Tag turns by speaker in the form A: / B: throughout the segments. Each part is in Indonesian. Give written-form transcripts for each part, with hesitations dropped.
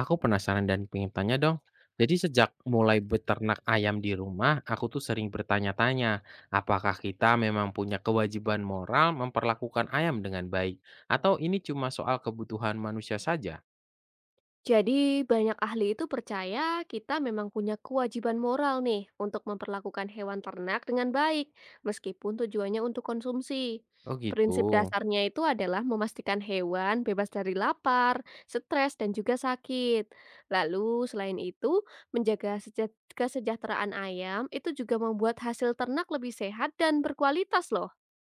A: Aku penasaran dan pengen tanya dong. Jadi sejak mulai beternak ayam di rumah, aku tuh sering bertanya-tanya, apakah kita memang punya kewajiban moral memperlakukan ayam dengan baik? Atau ini cuma soal kebutuhan manusia saja?
B: Jadi, banyak ahli itu percaya kita memang punya kewajiban moral nih untuk memperlakukan hewan ternak dengan baik, meskipun tujuannya untuk konsumsi.
A: Oh gitu.
B: Prinsip dasarnya itu adalah memastikan hewan bebas dari lapar, stres, dan juga sakit. Lalu, selain itu, menjaga kesejahteraan ayam itu juga membuat hasil ternak lebih sehat dan berkualitas loh.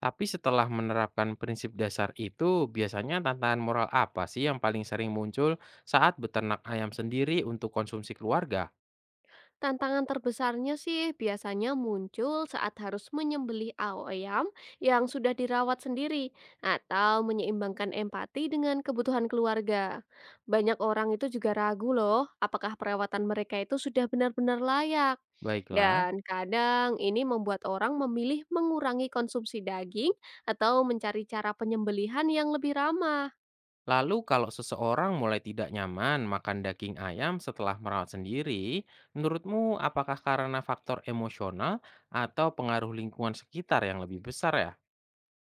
A: Tapi setelah menerapkan prinsip dasar itu, biasanya tantangan moral apa sih yang paling sering muncul saat beternak ayam sendiri untuk konsumsi keluarga?
B: Tantangan terbesarnya sih biasanya muncul saat harus menyembelih ayam yang sudah dirawat sendiri atau menyeimbangkan empati dengan kebutuhan keluarga. Banyak orang itu juga ragu loh apakah perawatan mereka itu sudah benar-benar layak.
A: Baiklah.
B: Dan kadang ini membuat orang memilih mengurangi konsumsi daging atau mencari cara penyembelihan yang lebih ramah.
A: Lalu kalau seseorang mulai tidak nyaman makan daging ayam setelah merawat sendiri, menurutmu apakah karena faktor emosional atau pengaruh lingkungan sekitar yang lebih besar ya?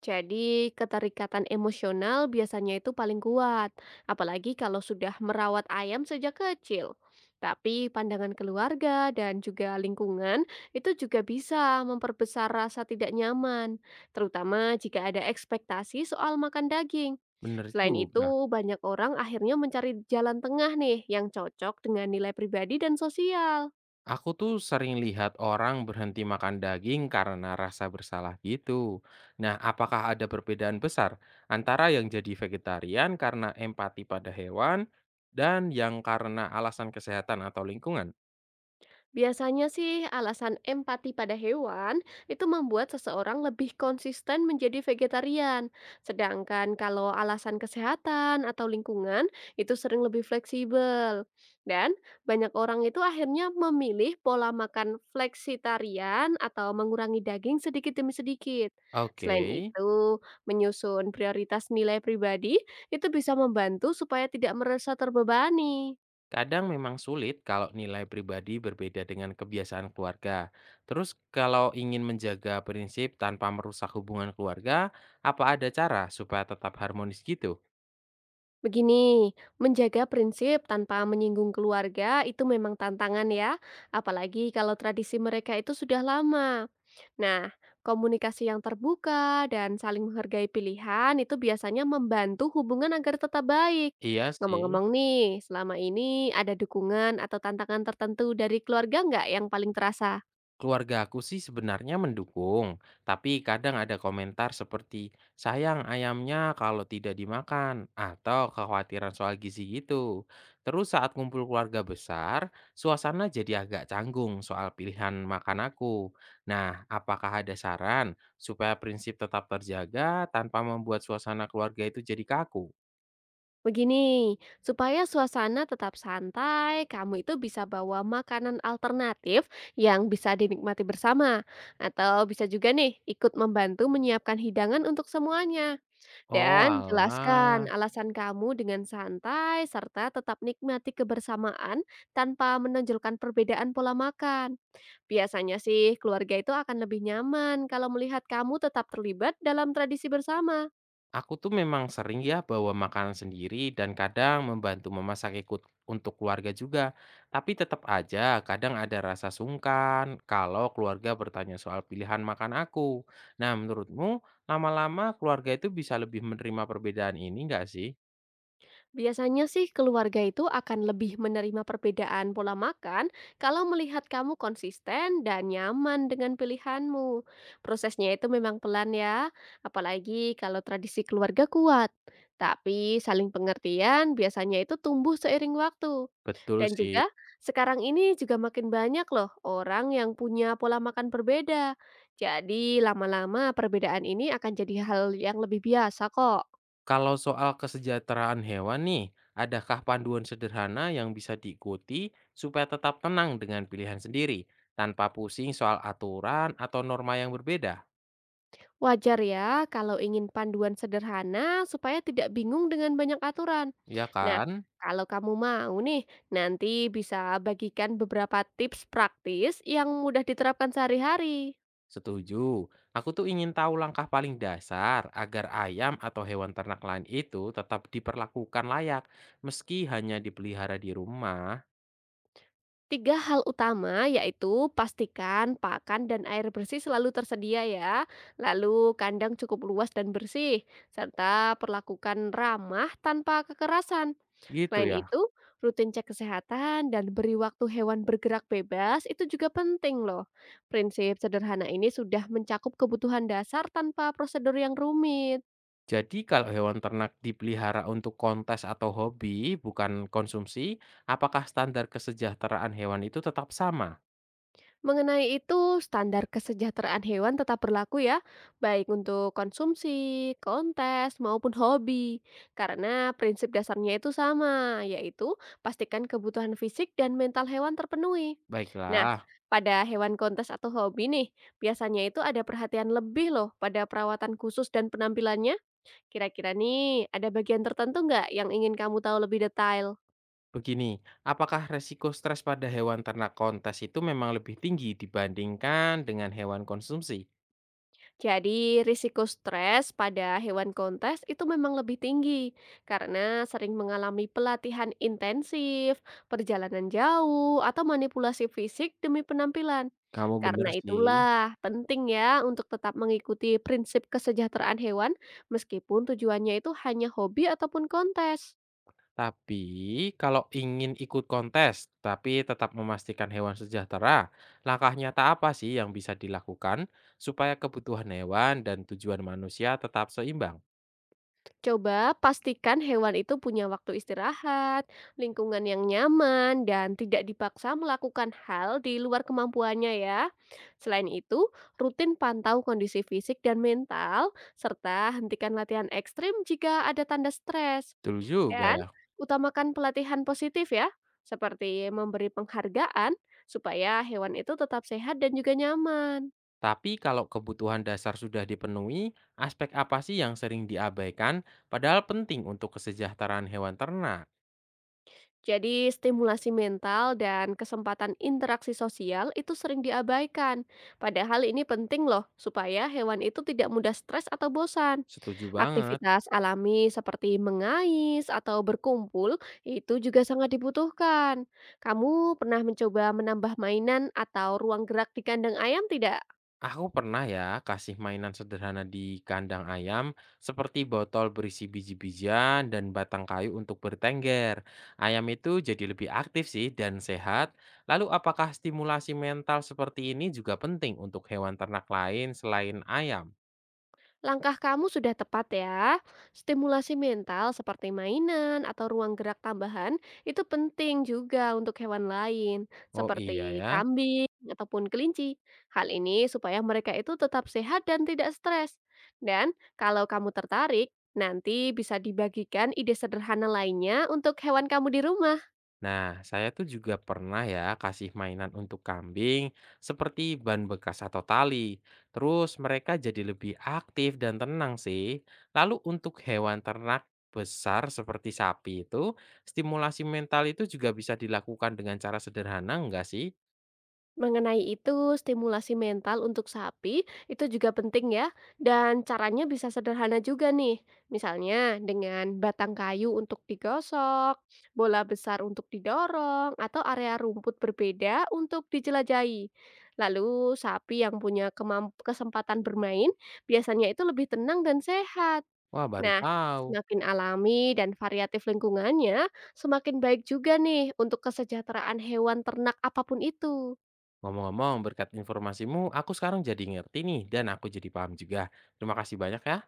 B: Jadi, keterikatan emosional biasanya itu paling kuat, apalagi kalau sudah merawat ayam sejak kecil. Tapi pandangan keluarga dan juga lingkungan itu juga bisa memperbesar rasa tidak nyaman, terutama jika ada ekspektasi soal makan daging.
A: Bener
B: Selain
A: juga.
B: itu, banyak orang akhirnya mencari jalan tengah nih yang cocok dengan nilai pribadi dan sosial.
A: Aku tuh sering lihat orang berhenti makan daging karena rasa bersalah gitu. Nah, apakah ada perbedaan besar antara yang jadi vegetarian karena empati pada hewan dan yang karena alasan kesehatan atau lingkungan?
B: Biasanya sih alasan empati pada hewan itu membuat seseorang lebih konsisten menjadi vegetarian. Sedangkan kalau alasan kesehatan atau lingkungan itu sering lebih fleksibel. Dan banyak orang itu akhirnya memilih pola makan fleksitarian atau mengurangi daging sedikit demi sedikit.
A: Oke.
B: Selain itu, menyusun prioritas nilai pribadi itu bisa membantu supaya tidak merasa terbebani.
A: Kadang memang sulit kalau nilai pribadi berbeda dengan kebiasaan keluarga. Terus kalau ingin menjaga prinsip tanpa merusak hubungan keluarga, apa ada cara supaya tetap harmonis gitu?
B: Begini, menjaga prinsip tanpa menyinggung keluarga itu memang tantangan ya, apalagi kalau tradisi mereka itu sudah lama. Nah, komunikasi yang terbuka dan saling menghargai pilihan itu biasanya membantu hubungan agar tetap baik.
A: Iya sih.
B: Ngomong-ngomong nih, selama ini ada dukungan atau tantangan tertentu dari keluarga nggak yang paling terasa?
A: Keluarga aku sih sebenarnya mendukung, tapi kadang ada komentar seperti sayang ayamnya kalau tidak dimakan atau kekhawatiran soal gizi gitu. Terus saat kumpul keluarga besar, suasana jadi agak canggung soal pilihan makan aku. Nah, apakah ada saran supaya prinsip tetap terjaga tanpa membuat suasana keluarga itu jadi kaku?
B: Begini, supaya suasana tetap santai, kamu itu bisa bawa makanan alternatif yang bisa dinikmati bersama. Atau bisa juga nih ikut membantu menyiapkan hidangan untuk semuanya.
A: Oh,
B: Dan jelaskan
A: alah.
B: alasan kamu dengan santai serta tetap nikmati kebersamaan tanpa menonjolkan perbedaan pola makan. Biasanya sih keluarga itu akan lebih nyaman kalau melihat kamu tetap terlibat dalam tradisi bersama.
A: Aku tuh memang sering ya bawa makanan sendiri dan kadang membantu memasak ikut untuk keluarga juga. Tapi tetap aja kadang ada rasa sungkan kalau keluarga bertanya soal pilihan makan aku. Nah, menurutmu lama-lama keluarga itu bisa lebih menerima perbedaan ini nggak sih?
B: Biasanya sih keluarga itu akan lebih menerima perbedaan pola makan kalau melihat kamu konsisten dan nyaman dengan pilihanmu. Prosesnya itu memang pelan ya, apalagi kalau tradisi keluarga kuat. Tapi saling pengertian biasanya itu tumbuh seiring waktu.
A: Betul
B: Dan
A: sih.
B: juga sekarang ini juga makin banyak loh orang yang punya pola makan berbeda. Jadi lama-lama perbedaan ini akan jadi hal yang lebih biasa kok.
A: Kalau soal kesejahteraan hewan nih, adakah panduan sederhana yang bisa diikuti supaya tetap tenang dengan pilihan sendiri, tanpa pusing soal aturan atau norma yang berbeda?
B: Wajar ya kalau ingin panduan sederhana supaya tidak bingung dengan banyak aturan.
A: Iya
B: Nah,
A: kan?
B: kalau kamu mau nih, nanti bisa bagikan beberapa tips praktis yang mudah diterapkan sehari-hari.
A: Setuju. Aku tuh ingin tahu langkah paling dasar agar ayam atau hewan ternak lain itu tetap diperlakukan layak, meski hanya dipelihara di rumah.
B: Tiga hal utama yaitu pastikan pakan dan air bersih selalu tersedia ya, lalu kandang cukup luas dan bersih, serta perlakukan ramah tanpa kekerasan.
A: Gitu
B: Selain
A: ya.
B: itu, rutin cek kesehatan dan beri waktu hewan bergerak bebas itu juga penting loh. Prinsip sederhana ini sudah mencakup kebutuhan dasar tanpa prosedur yang rumit.
A: Jadi kalau hewan ternak dipelihara untuk kontes atau hobi, bukan konsumsi, apakah standar kesejahteraan hewan itu tetap sama?
B: Mengenai itu, standar kesejahteraan hewan tetap berlaku ya, baik untuk konsumsi, kontes, maupun hobi. Karena prinsip dasarnya itu sama, yaitu pastikan kebutuhan fisik dan mental hewan terpenuhi. Nah,
A: Baiklah,
B: pada hewan kontes atau hobi nih, biasanya itu ada perhatian lebih loh pada perawatan khusus dan penampilannya. Kira-kira nih, ada bagian tertentu nggak yang ingin kamu tahu lebih detail?
A: begini, apakah resiko stres pada hewan ternak kontes itu memang lebih tinggi dibandingkan dengan hewan konsumsi?
B: Jadi, risiko stres pada hewan kontes itu memang lebih tinggi karena sering mengalami pelatihan intensif, perjalanan jauh, atau manipulasi fisik demi penampilan.
A: Kamu
B: Karena
A: bener sih.
B: itulah penting ya untuk tetap mengikuti prinsip kesejahteraan hewan meskipun tujuannya itu hanya hobi ataupun kontes.
A: Tapi, kalau ingin ikut kontes, tapi tetap memastikan hewan sejahtera, langkah nyata apa sih yang bisa dilakukan supaya kebutuhan hewan dan tujuan manusia tetap seimbang?
B: Coba pastikan hewan itu punya waktu istirahat, lingkungan yang nyaman, dan tidak dipaksa melakukan hal di luar kemampuannya ya. Selain itu, rutin pantau kondisi fisik dan mental, serta hentikan latihan ekstrim jika ada tanda stres.
A: Dulu juga
B: Dan
A: ya.
B: utamakan pelatihan positif ya, seperti memberi penghargaan supaya hewan itu tetap sehat dan juga nyaman.
A: Tapi kalau kebutuhan dasar sudah dipenuhi, aspek apa sih yang sering diabaikan padahal penting untuk kesejahteraan hewan ternak?
B: Jadi, stimulasi mental dan kesempatan interaksi sosial itu sering diabaikan. Padahal ini penting loh, supaya hewan itu tidak mudah stres atau bosan.
A: Setuju banget.
B: Aktivitas alami seperti mengais atau berkumpul itu juga sangat dibutuhkan. Kamu pernah mencoba menambah mainan atau ruang gerak di kandang ayam tidak?
A: Aku pernah ya kasih mainan sederhana di kandang ayam seperti botol berisi biji-bijian dan batang kayu untuk bertengger. Ayam itu jadi lebih aktif sih dan sehat. Lalu apakah stimulasi mental seperti ini juga penting untuk hewan ternak lain selain ayam?
B: Langkah kamu sudah tepat ya. Stimulasi mental seperti mainan atau ruang gerak tambahan itu penting juga untuk hewan lain
A: Oh iya
B: seperti
A: ya.
B: kambing ataupun kelinci. Hal ini supaya mereka itu tetap sehat dan tidak stres. Dan kalau kamu tertarik, nanti bisa dibagikan ide sederhana lainnya untuk hewan kamu di rumah.
A: Nah, saya tuh juga pernah ya kasih mainan untuk kambing seperti ban bekas atau tali. Terus mereka jadi lebih aktif dan tenang sih. Lalu untuk hewan ternak besar seperti sapi itu, stimulasi mental itu juga bisa dilakukan dengan cara sederhana enggak sih?
B: Mengenai itu, stimulasi mental untuk sapi itu juga penting ya, dan caranya bisa sederhana juga nih. Misalnya dengan batang kayu untuk digosok, bola besar untuk didorong, atau area rumput berbeda untuk dijelajahi. Lalu sapi yang punya kesempatan bermain biasanya itu lebih tenang dan sehat.
A: Wah, baru
B: Nah,
A: tahu.
B: semakin alami dan variatif lingkungannya, semakin baik juga nih untuk kesejahteraan hewan ternak apapun itu.
A: Ngomong-ngomong, berkat informasimu, aku sekarang jadi ngerti nih dan aku jadi paham juga. Terima kasih banyak ya.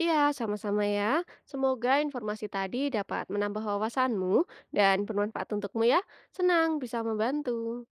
B: Iya, sama-sama ya. Semoga informasi tadi dapat menambah wawasanmu dan bermanfaat untukmu ya. Senang bisa membantu.